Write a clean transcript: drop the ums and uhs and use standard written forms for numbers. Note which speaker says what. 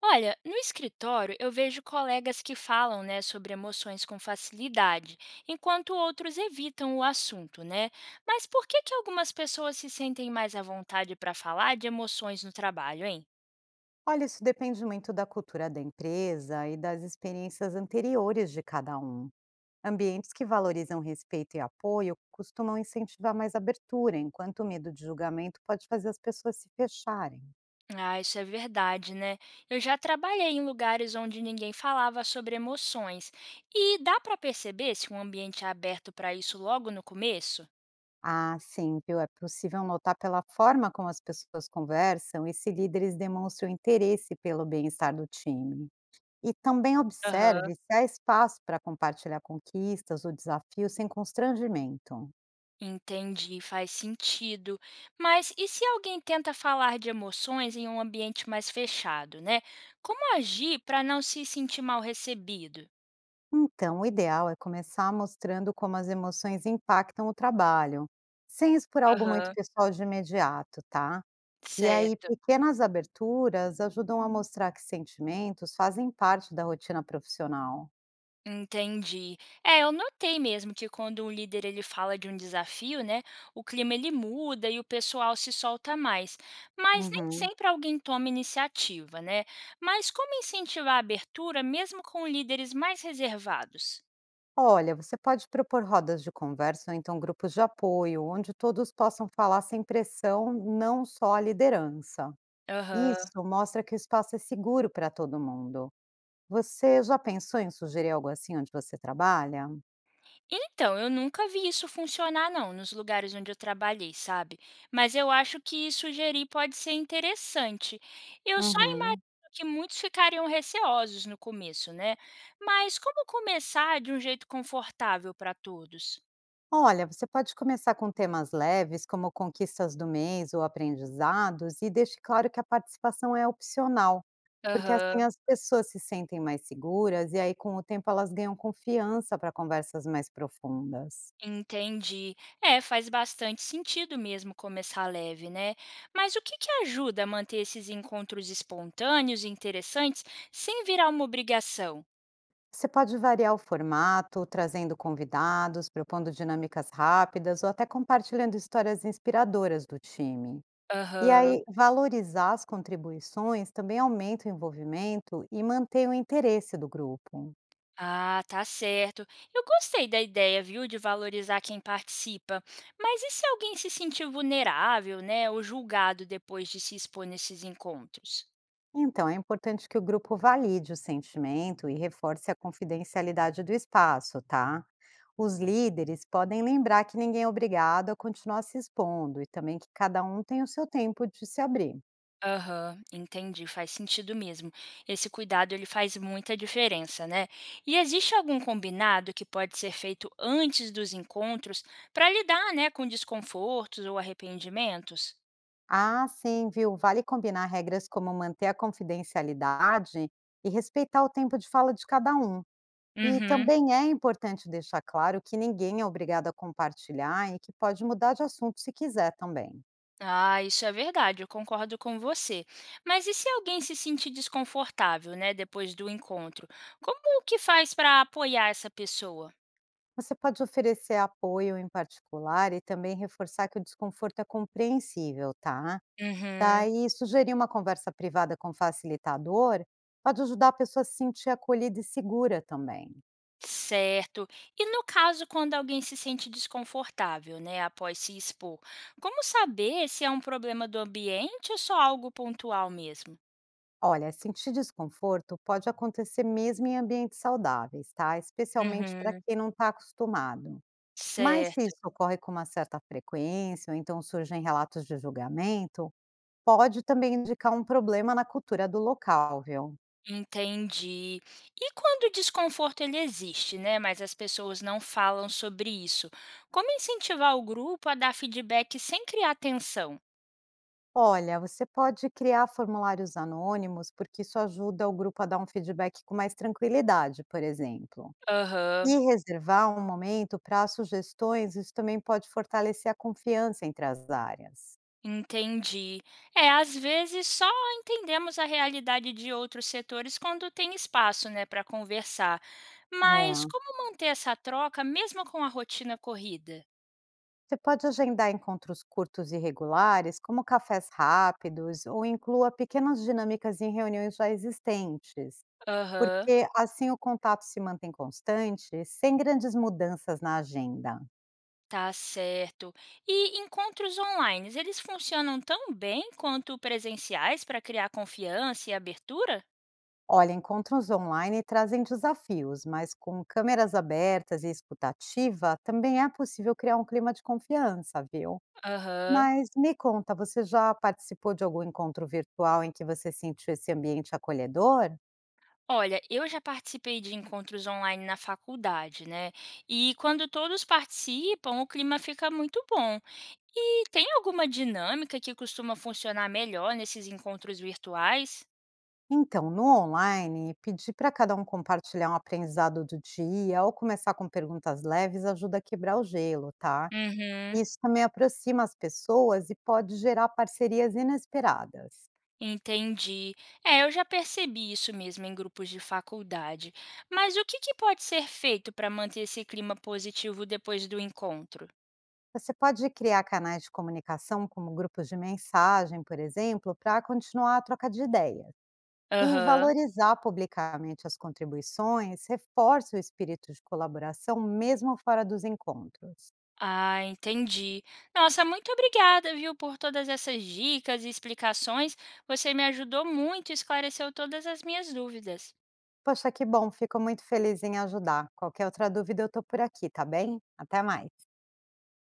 Speaker 1: Olha, no escritório eu vejo colegas que falam, né, sobre emoções com facilidade, enquanto outros evitam o assunto, né? Mas por que algumas pessoas se sentem mais à vontade para falar de emoções no trabalho, hein?
Speaker 2: Olha, isso depende muito da cultura da empresa e das experiências anteriores de cada um. Ambientes que valorizam respeito e apoio costumam incentivar mais abertura, enquanto o medo de julgamento pode fazer as pessoas se fecharem.
Speaker 1: Ah, isso é verdade, né? Eu já trabalhei em lugares onde ninguém falava sobre emoções, e dá para perceber se um ambiente é aberto para isso logo no começo?
Speaker 2: Ah, sim, viu? É possível notar pela forma como as pessoas conversam e se líderes demonstram interesse pelo bem-estar do time. E também
Speaker 1: Aham.
Speaker 2: observe se há espaço para compartilhar conquistas ou desafios sem constrangimento.
Speaker 1: Entendi, faz sentido. Mas e se alguém tenta falar de emoções em um ambiente mais fechado, né? Como agir para não se sentir mal recebido?
Speaker 2: Então, o ideal é começar mostrando como as emoções impactam o trabalho, sem expor algo muito
Speaker 1: Aham,
Speaker 2: pessoal de imediato, tá? E aí,
Speaker 1: certo.
Speaker 2: pequenas aberturas ajudam a mostrar que sentimentos fazem parte da rotina profissional.
Speaker 1: Entendi. É, eu notei mesmo que quando um líder ele fala de um desafio, né, o clima ele muda e o pessoal se solta mais. Mas nem
Speaker 2: Uhum.
Speaker 1: sempre alguém toma iniciativa, né? Mas como incentivar a abertura mesmo com líderes mais reservados?
Speaker 2: Olha, você pode propor rodas de conversa ou então grupos de apoio, onde todos possam falar sem pressão, não só a liderança.
Speaker 1: Aham.
Speaker 2: Isso mostra que o espaço é seguro para todo mundo. Você já pensou em sugerir algo assim onde você trabalha?
Speaker 1: Então, eu nunca vi isso funcionar não, nos lugares onde eu trabalhei, sabe. Mas eu acho que sugerir pode ser interessante. Eu só imagino
Speaker 2: Uhum.
Speaker 1: que muitos ficariam receosos no começo, né. Mas como começar de um jeito confortável para todos?
Speaker 2: Olha, você pode começar com temas leves, como conquistas do mês ou aprendizados, e deixe claro que a participação é opcional, porque assim
Speaker 1: Aham,
Speaker 2: as pessoas se sentem mais seguras e aí com o tempo elas ganham confiança para conversas mais profundas.
Speaker 1: entendi. É, faz bastante sentido mesmo começar leve, né. Mas o que ajuda a manter esses encontros espontâneos e interessantes sem virar uma obrigação?
Speaker 2: Você pode variar o formato, trazendo convidados, propondo dinâmicas rápidas ou até compartilhando histórias inspiradoras do time. E
Speaker 1: Aham.
Speaker 2: aí, valorizar as contribuições também aumenta o envolvimento e mantém o interesse do grupo.
Speaker 1: Ah, tá certo. Eu gostei da ideia, viu, de valorizar quem participa. Mas e se alguém se sentir vulnerável, né, ou julgado depois de se expor nesses encontros?
Speaker 2: Então, é importante que o grupo valide o sentimento e reforce a confidencialidade do espaço, tá? Os líderes podem lembrar que ninguém é obrigado a continuar se expondo e também que cada um tem o seu tempo de se abrir.
Speaker 1: Aham, entendi, faz sentido mesmo. Esse cuidado ele faz muita diferença, né? E existe algum combinado que pode ser feito antes dos encontros para lidar, né, com desconfortos ou arrependimentos?
Speaker 2: Ah, sim, viu? Vale combinar regras como manter a confidencialidade e respeitar o tempo de fala de cada um. E
Speaker 1: Uhum.
Speaker 2: também é importante deixar claro que ninguém é obrigado a compartilhar e que pode mudar de assunto se quiser também.
Speaker 1: Ah, isso é verdade, eu concordo com você. Mas e se alguém se sentir desconfortável, né, depois do encontro? Como que faz para apoiar essa pessoa?
Speaker 2: Você pode oferecer apoio em particular e também reforçar que o desconforto é compreensível, tá?
Speaker 1: Uhum,
Speaker 2: Daí, sugerir uma conversa privada com facilitador pode ajudar a pessoa a se sentir acolhida e segura também.
Speaker 1: certo. E no caso, quando alguém se sente desconfortável, né, após se expor, como saber se é um problema do ambiente ou só algo pontual mesmo?
Speaker 2: Olha, sentir desconforto pode acontecer mesmo em ambientes saudáveis, tá? Especialmente para
Speaker 1: Uhum,
Speaker 2: quem não está acostumado. Mas se
Speaker 1: certo.
Speaker 2: isso ocorre com uma certa frequência, ou então surgem relatos de julgamento, pode também indicar um problema na cultura do local, viu?
Speaker 1: Entendi. E quando o desconforto ele existe, né, mas as pessoas não falam sobre isso, como incentivar o grupo a dar feedback sem criar tensão?
Speaker 2: Olha, você pode criar formulários anônimos, porque isso ajuda o grupo a dar um feedback com mais tranquilidade, por exemplo.
Speaker 1: Aham,
Speaker 2: E reservar um momento para sugestões, isso também pode fortalecer a confiança entre as áreas.
Speaker 1: entendi. É, às vezes só entendemos a realidade de outros setores quando tem espaço, né, para conversar. Mas
Speaker 2: É.
Speaker 1: como manter essa troca mesmo com a rotina corrida?
Speaker 2: Você pode agendar encontros curtos e regulares, como cafés rápidos, ou inclua pequenas dinâmicas em reuniões já existentes,
Speaker 1: Aham.
Speaker 2: porque assim o contato se mantém constante, sem grandes mudanças na agenda.
Speaker 1: Tá certo. E encontros online, eles funcionam tão bem quanto presenciais para criar confiança e abertura?
Speaker 2: Olha, encontros online trazem desafios, mas com câmeras abertas e escutativa, também é possível criar um clima de confiança, viu?
Speaker 1: Aham.
Speaker 2: Mas me conta, você já participou de algum encontro virtual em que você sentiu esse ambiente acolhedor?
Speaker 1: Olha, eu já participei de encontros online na faculdade, né? E quando todos participam, o clima fica muito bom. E tem alguma dinâmica que costuma funcionar melhor nesses encontros virtuais?
Speaker 2: Então, no online, pedir para cada um compartilhar um aprendizado do dia ou começar com perguntas leves ajuda a quebrar o gelo, tá?
Speaker 1: Uhum.
Speaker 2: Isso também aproxima as pessoas e pode gerar parcerias inesperadas.
Speaker 1: Entendi. É, eu já percebi isso mesmo em grupos de faculdade. Mas o que pode ser feito para manter esse clima positivo depois do encontro?
Speaker 2: Você pode criar canais de comunicação, como grupos de mensagem, por exemplo, para continuar a troca de ideias. E
Speaker 1: Aham.
Speaker 2: valorizar publicamente as contribuições reforça o espírito de colaboração, mesmo fora dos encontros.
Speaker 1: Ah, entendi. Nossa, muito obrigada, viu, por todas essas dicas e explicações. Você me ajudou muito e esclareceu todas as minhas dúvidas.
Speaker 2: Poxa, que bom, fico muito feliz em ajudar. Qualquer outra dúvida eu tô por aqui, tá bem? Até mais.